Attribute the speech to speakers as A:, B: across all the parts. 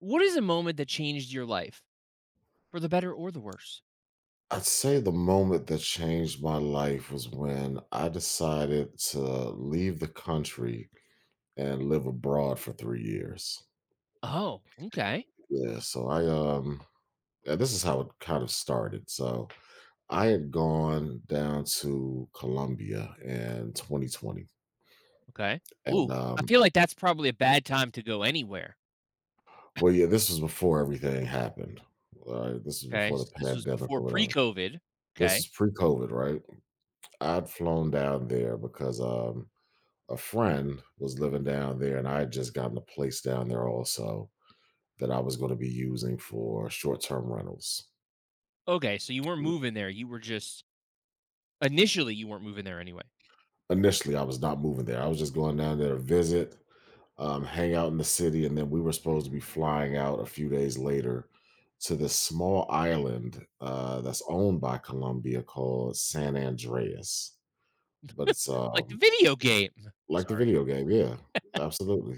A: What is a moment that changed your life for the better or the worse?
B: I'd say the moment that changed my life was when I decided to leave the country and live abroad for 3 years.
A: Oh, okay.
B: Yeah, so I yeah, this is how it kind of started. So I had gone down to Colombia in 2020.
A: Okay.
B: And
A: Ooh, I feel like that's probably a bad time to go anywhere.
B: well yeah, this was before everything happened. All right, this was
A: Okay.
B: before the
A: So this was
B: pandemic
A: before
B: or whatever.
A: pre-COVID.
B: This
A: Okay.
B: was pre-COVID, right? I'd flown down there because a friend was living down there, and I had just gotten a place down there also that I was going to be using for short term rentals.
A: Okay. So you weren't moving there. You were just Initially you weren't moving there anyway.
B: Initially, I was not moving there. I was just going down there to visit, hang out in the city, and then we were supposed to be flying out a few days later to this small island that's owned by Colombia called San Andreas. But it's
A: Like the video game.
B: like the
A: Sorry.
B: video game, yeah, absolutely.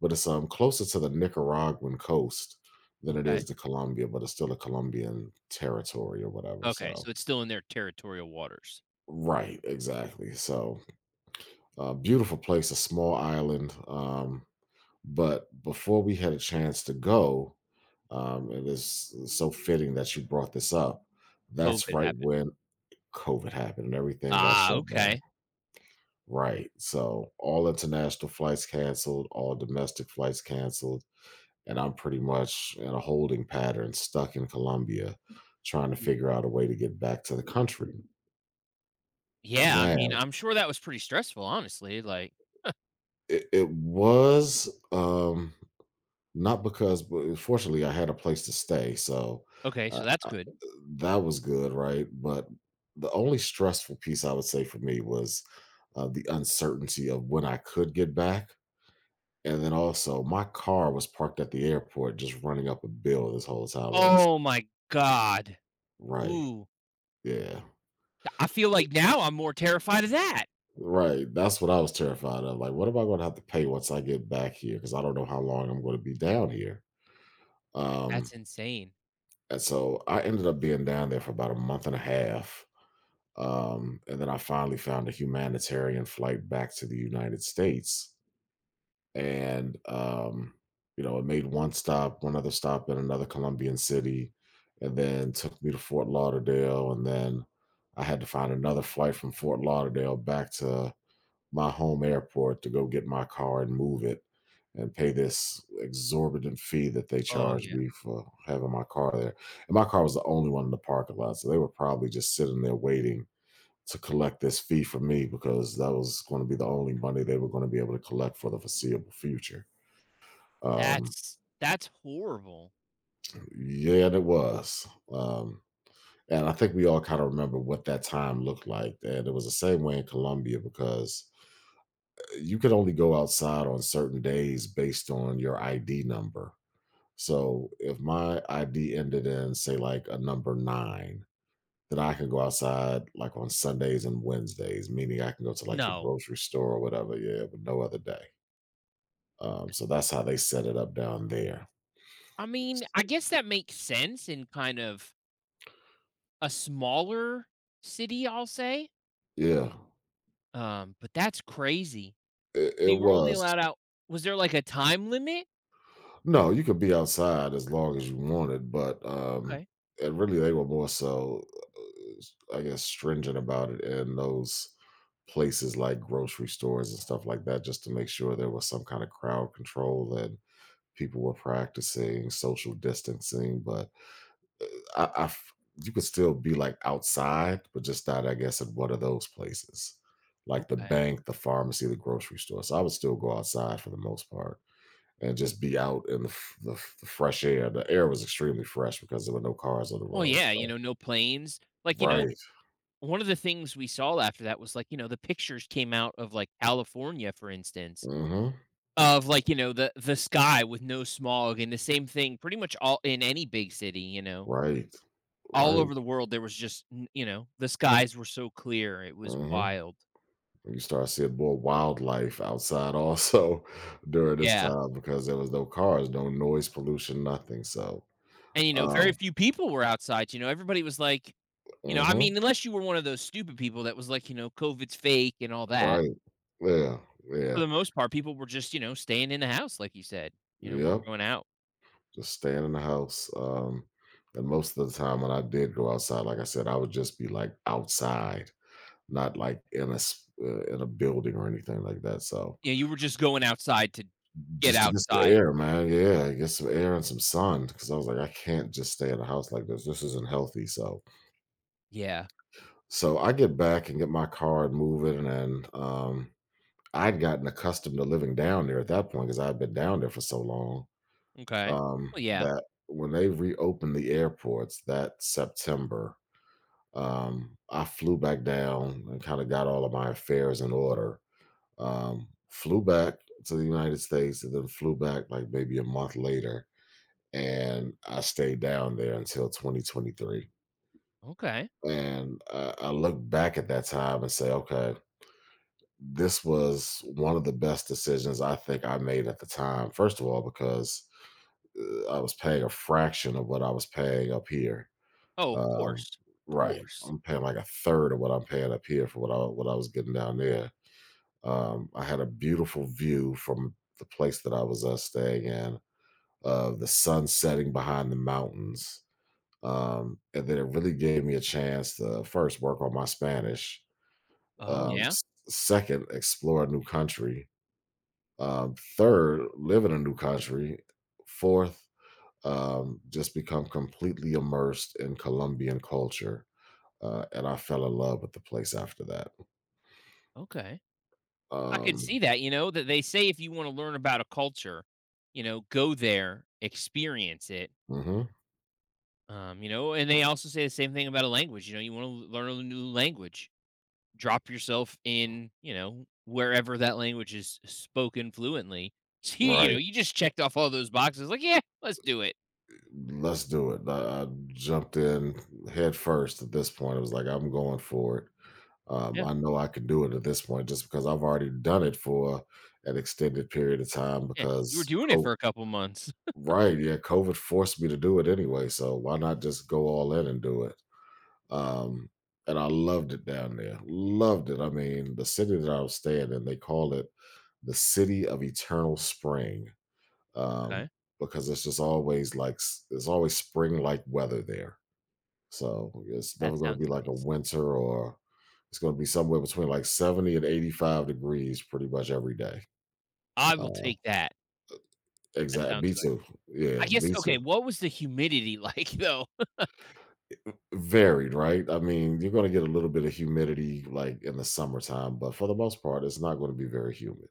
B: But it's closer to the Nicaraguan coast than it is
A: Okay.
B: to Colombia, but it's still a Colombian territory or whatever.
A: Okay.
B: So
A: So it's still in their territorial waters.
B: right, exactly. So beautiful place, a small island. But before we had a chance to go, it is so fitting that you brought this up. That's
A: COVID
B: right
A: happened.
B: when COVID happened and everything got
A: Ah,
B: shut down.
A: okay.
B: Right. So all international flights canceled, all domestic flights canceled and I'm pretty much in a holding pattern, stuck in Colombia, trying to
A: Mm,
B: figure out a way to get back to the country.
A: yeah, I mean,
B: Now,
A: I'm sure that was pretty stressful, honestly. Like,
B: it was not because, but fortunately, I had a place to stay, so
A: okay,
B: uh,
A: so that's
B: I,
A: good.
B: that was good, right? But the only stressful piece I would say for me was the uncertainty of when I could get back. And then also, my car was parked at the airport, just running up a bill this whole time. Also,
A: Oh my god.
B: right?
A: Ooh,
B: Yeah.
A: I feel like now I'm more terrified of that.
B: Right. That's what I was terrified of. Like, what am I going to have to pay once I get back here? Because I don't know how long I'm going to be down here. Um,
A: That's insane.
B: and so I ended up being down there for about a month and a half. And then I finally found a humanitarian flight back to the United States. And it made one stop, one other stop in another Colombian city, and then took me to Fort Lauderdale. And then I had to find another flight from Fort Lauderdale back to my home airport to go get my car and move it and pay this exorbitant fee that they
A: Oh,
B: charged
A: yeah.
B: me for having my car there. And my car was the only one in the parking lot. So they were probably just sitting there waiting to collect this fee from me because that was going to be the only money they were going to be able to collect for the foreseeable future. Um,
A: That's horrible.
B: yeah, it was. Um, and I think we all kind of remember what that time looked like. And it was the same way in Colombia because you could only go outside on certain days based on your ID number. So if my ID ended in, say, like a number nine, then I can go outside like on Sundays and Wednesdays, meaning I can go to like the
A: No.
B: grocery store or whatever. Yeah, but no other day. So that's how they set it up down there.
A: I mean, I guess that makes sense in kind of a smaller city, I'll say.
B: Yeah,
A: But that's crazy.
B: it, it
A: So you were only
B: was.
A: allowed out Was there, like, a time limit?
B: No, you could be outside as long as you wanted, but
A: Okay.
B: and really they were I guess, stringent about it in those places like grocery stores and stuff like that, just to make sure there was some kind of crowd control and people were practicing social distancing. But I, I f- you could still be like outside, but just not, I guess, at one of those places, like the
A: Okay.
B: bank, the pharmacy, the grocery store. So I would still go outside for the most part and just be out in the fresh air. The air was extremely fresh because there were no cars on the
A: Well,
B: roads.
A: yeah,
B: So.
A: no planes. Like,
B: Right.
A: one of the things we saw after that was, like, the pictures came out of, like, California, for instance,
B: Mm-hmm.
A: of like the sky with no smog, and the same thing pretty much all in any big city,
B: Right.
A: all
B: Right.
A: over the world. There was just the, right, skies were so clear, it was
B: Mm-hmm.
A: wild.
B: You start seeing more wildlife outside also during this
A: Yeah,
B: time because there was no cars, no noise pollution, nothing. So,
A: and very
B: um,
A: few people were outside, everybody was like, I
B: hmm
A: mean, unless you were one of those stupid people that was like, COVID's fake and all that.
B: right. Yeah.
A: For
B: Yeah.
A: the most part people were just staying in the house like you said, weren't
B: Yep.
A: going out.
B: Just staying in the house. And most of the time when I did go outside, like I said, I would just be like outside not like in a s in a building or anything like that, so
A: You were just going outside to get
B: just to get some
A: outside,
B: air, man, yeah, get some air and some sun because I was like, "I can't just stay in a house like this isn't healthy," so
A: yeah.
B: so I get back and get my car and move it, and then, I'd gotten accustomed to living down there at that point because 'cause I'd been down there for so long,
A: Okay. Well, yeah.
B: that when they reopened the airports that September, I flew back down and kinda got all of my affairs in order flew back to the United States and then flew back like maybe a month later. And I stayed down there until 2023.
A: Okay.
B: And I look back at that time and say, okay, this was one of the best decisions I think I made at the time. First of all, because I was paying a fraction of what I was paying up here.
A: Oh, of
B: Um,
A: course. Of
B: right.
A: course.
B: I'm paying like a third of what I'm paying up here for what I was getting down there. I had a beautiful view from the place that I was staying in of the sun setting behind the mountains. And then it really gave me a chance to first work on my Spanish,
A: Oh, yeah?
B: second, explore a new country, third, live in a new country, fourth, just become completely immersed in Colombian culture. And I fell in love with the place after that.
A: Okay. I could
B: Um,
A: see that, that they say if you wanna learn about a culture, go there, experience it.
B: mhm.
A: And they also say the same thing about a language, you wanna learn a new language, drop yourself in, wherever that language is spoken fluently. See,
B: Right.
A: you just checked off all those boxes, like, "Yeah, let's do it."
B: Let's do it. I jumped in head first at this point. It was like, I'm going for it.
A: Yeah.
B: I know I can do it at this point just because I've already done it for an extended period of time
A: Yeah, you were doing it for a couple months.
B: right, yeah, COVID forced me to do it anyway. So why not just go all in and do it? Um, and I loved it down there. Loved it. I mean, the city that I was staying in, they call it the city of eternal spring um,
A: Okay.
B: because it's just always like s- it's always spring like weather there. So it's never
A: That
B: going to be
A: sounds
B: like a
A: nice.
B: winter or it's going to be somewhere between like 70 and 85 degrees pretty much every day.
A: I will
B: Uh,
A: take that. That
B: exactly. Me
A: sounds nice.
B: too.
A: I
B: Yeah,
A: guess
B: me
A: okay,
B: too.
A: what was the humidity like though?
B: Varied, right? I mean, you're going to get a little bit of humidity like in the summertime, but for the most part, it's not going to be very humid.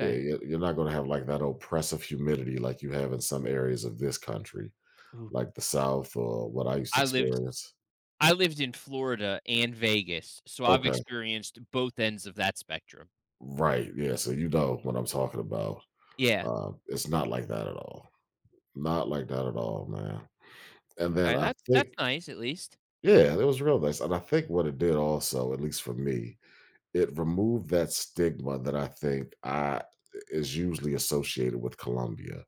B: Yeah, you're not going to have like that oppressive humidity like you have in some areas of this country,
A: Ooh.
B: like the South or what I used to
A: I lived
B: experience.
A: I lived in Florida and Vegas, so I've
B: Okay.
A: experienced both ends of that spectrum.
B: Right, yeah, so you know what I'm talking about.
A: Yeah.
B: It's not like that at all. Not like that at all, man. And then
A: Okay,
B: I
A: that's
B: think
A: nice at least.
B: yeah, it was real nice, and I think what it did also, at least for me, it removed that stigma that I think I is usually associated with Colombia,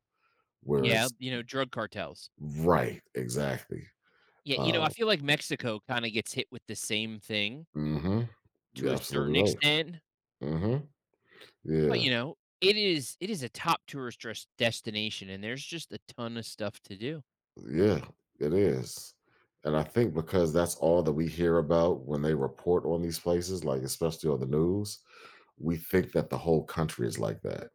B: where
A: Yeah,
B: it's
A: drug cartels.
B: right, exactly.
A: Yeah, I
B: Uh,
A: feel like Mexico kind of gets hit with the same thing
B: mhm.
A: to
B: You're
A: a
B: absolutely
A: certain
B: right.
A: extent,
B: Mhm.
A: but
B: Yeah.
A: it is a top tourist destination, and there's just a ton of stuff to do.
B: Yeah, it is. And I think because that's all that we hear about when they report on these places, like especially on the news, we think that the whole country is like that.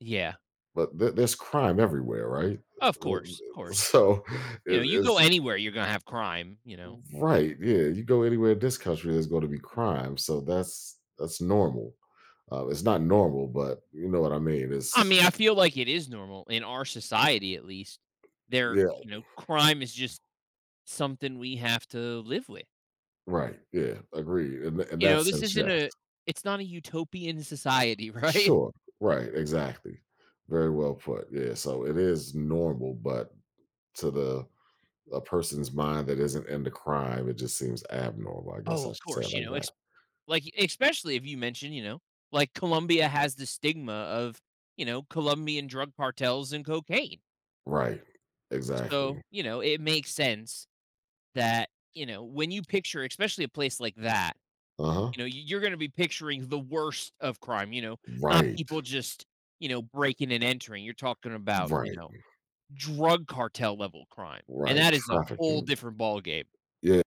A: Yeah.
B: But there's crime everywhere, right?
A: Of course. Of course.
B: So
A: You go
B: is
A: anywhere, you're going to have crime.
B: right? Yeah, you go anywhere in this country, there's going to be crime. So that's normal. It's not normal, but you know what I mean.
A: I
B: It's
A: mean, I feel like it is normal in our society, at least. There,
B: yeah,
A: crime is just something we have to live with.
B: right. Yeah, agreed. In that
A: This
B: sense,
A: isn't
B: yes.
A: a, it's not a utopian society, right?
B: Sure. Right. Exactly. Very well put. Yeah. So it is normal, but to the a person's mind that isn't into crime, it just seems abnormal. I guess
A: Oh,
B: I
A: of
B: should say it
A: course,
B: like that.
A: like, especially if you mention, like Colombia has the stigma of, Colombian drug cartels and cocaine.
B: Right. Exactly.
A: So, it makes sense that, when you picture, especially a place like that,
B: Uh huh.
A: You know, y you're gonna be picturing the worst of crime, not
B: Right.
A: people just, breaking and entering. You're talking about,
B: Right.
A: drug cartel level crime, and
B: Right.
A: that is a whole
B: Trafficking.
A: different ballgame.
B: Yeah.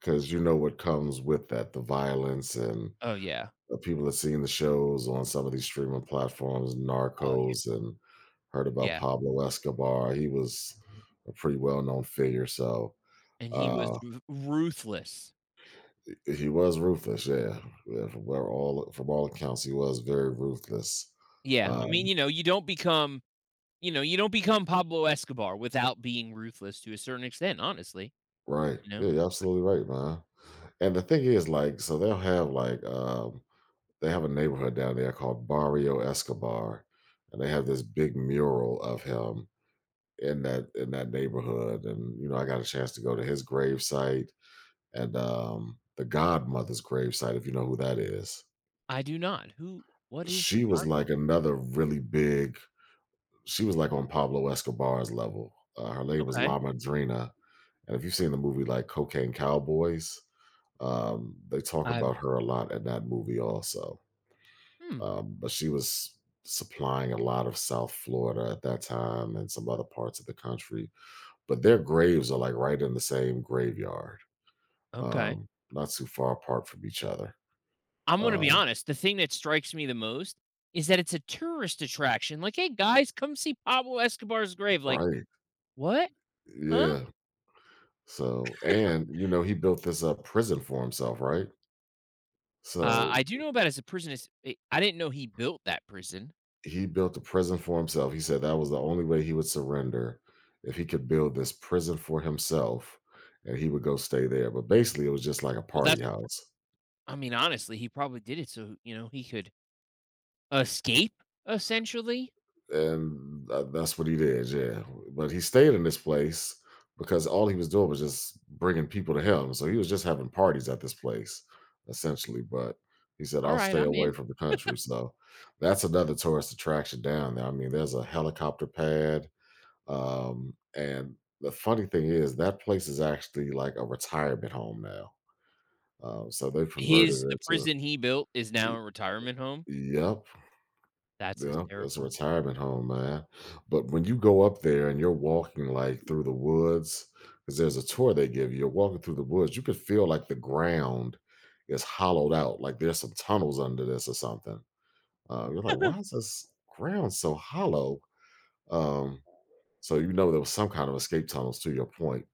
B: Because you know what comes with that the violence and
A: Oh, yeah.
B: the people that seen the shows on some of these streaming platforms,
A: Oh, yeah.
B: Narcos, and heard about
A: Yeah,
B: Pablo Escobar. He was a pretty well known figure. So
A: and he was
B: Uh,
A: ru ruthless.
B: he was ruthless, yeah, yeah. From all accounts, he was very ruthless.
A: Yeah, I mean,
B: Um,
A: you don't become Pablo Escobar without being ruthless to a certain extent, honestly,
B: right,
A: you
B: yeah,
A: know?
B: you're absolutely right, man. And the thing is, like, so they'll have like they have a neighborhood down there called Barrio Escobar, and they have this big mural of him in that neighborhood. And you know, I got a chance to go to his gravesite and the Godmother's gravesite, if you know who that is.
A: I do not. Who what is the
B: She was
A: god one?
B: like another really big She was like on Pablo Escobar's level. Her name was
A: Okay.
B: La Madrina, and if you've seen the movie like Cocaine Cowboys, they talk
A: I've
B: about her a lot in that movie also.
A: hmm,
B: But she was supplying a lot of South Florida at that time and some other parts of the country. But their graves are like right in the same graveyard,
A: okay.
B: um, not too far apart from each other.
A: I'm gonna be
B: Um,
A: honest, the thing that strikes me the most is that it's a tourist attraction. Like, "Hey, guys, come see Pablo Escobar's grave." Like,
B: right?
A: "What? Huh?"
B: Yeah. So, and you know, he built this prison for himself, right?
A: I
B: So
A: do know about his prison is I didn't know he built that prison.
B: he built a prison for himself. He said that was the only way he would surrender if he could build this prison for himself and he would go stay there. But basically, it was just like a
A: Well,
B: party
A: that's pr
B: house.
A: I mean, honestly, he probably did it so, he could escape, essentially.
B: And that's what he did. Yeah. But he stayed in this place because all he was doing was just bringing people to him. So he was just having parties at this place, essentially. But he said, I'll
A: Alright,
B: stay
A: I'm
B: away
A: in.
B: from the country. So that's another tourist attraction down there. I mean, there's a helicopter pad. And the funny thing is that place is actually like a retirement home now. So they've converted
A: His the
B: it to a
A: prison he built is now
B: y-
A: a retirement home.
B: Yep,
A: That's
B: yep, it's a
A: hysterical.
B: retirement home, man. But when you go up there and you're walking like through the woods, because there's a tour they give you, you're walking through the woods, you can feel like the ground is hollowed out, like there's some tunnels under this or something. You're like, why is this ground so hollow? Um, so you know there was some kind of escape tunnels to your point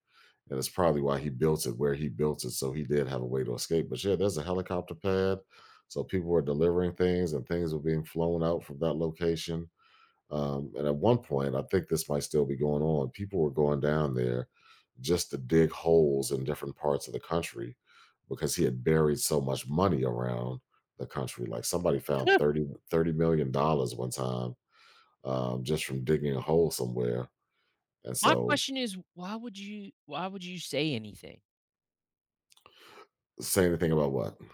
B: and it's probably why he built it where he built it. So he did have a way to escape. But yeah, there's a helicopter pad, so people were delivering things, and things were being flown out from that location. And at one point, I think this might still be going on. People were going down there just to dig holes in different parts of the country because he had buried so much money around the country. Like somebody found thirty million dollars one time just from digging a hole somewhere. And
A: My
B: so
A: question is, why would you say anything?
B: saying anything about what?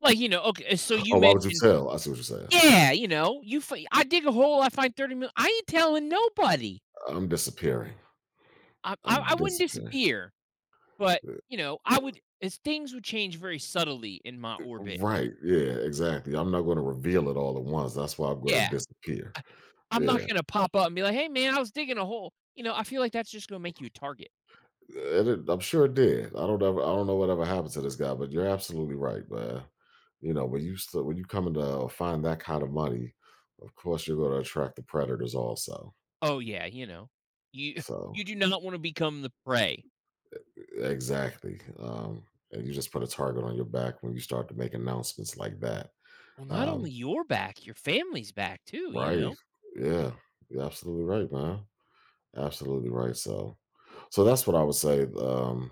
A: Like, okay, so you
B: Oh, why would you
A: mentioned.
B: tell? I see what you're saying.
A: Yeah, you know, you fi I dig a hole, I find 30 million. I ain't telling nobody.
B: I'm disappearing.
A: I I
B: I'm
A: I wouldn't
B: disappearing.
A: disappear, but,
B: Uh,
A: I would as things would change very subtly in my orbit.
B: Right. Yeah, exactly. I'm not going to reveal it all at once. That's why I'm going to
A: Yeah.
B: disappear.
A: I I'm not
B: Yeah.
A: gonna pop up and be like, "Hey, man, I was digging a hole." I feel like that's just gonna make you a target.
B: I'm sure it did. I don't know whatever happened to this guy, but you're absolutely right, man. You know, when you still, when you come to find that kind of money, of course you're going to attract the predators also.
A: Oh, yeah, you know, you
B: So
A: you do not wanna become the prey.
B: exactly. And you just put a target on your back when you start to make announcements like that.
A: Well, not
B: Um,
A: only your back, your family's back too, you
B: right.
A: know?
B: Yeah. You're absolutely right, man. Absolutely right. So, so that's what I would say.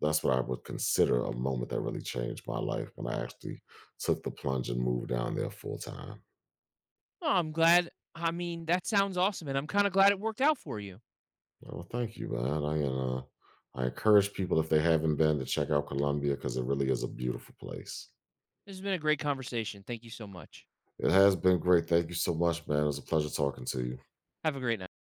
B: That's what I would consider a moment that really changed my life when I actually took the plunge and moved down there full time.
A: Oh, I'm glad. I mean, that sounds awesome, and I'm kinda glad it worked out for you.
B: Oh, well, thank you, man. I encourage people if they haven't been to check out Colombia because it really is a beautiful place.
A: This has been a great conversation. Thank you so much.
B: It has been great. Thank you so much, man. It was a pleasure talking to you.
A: Have a great night.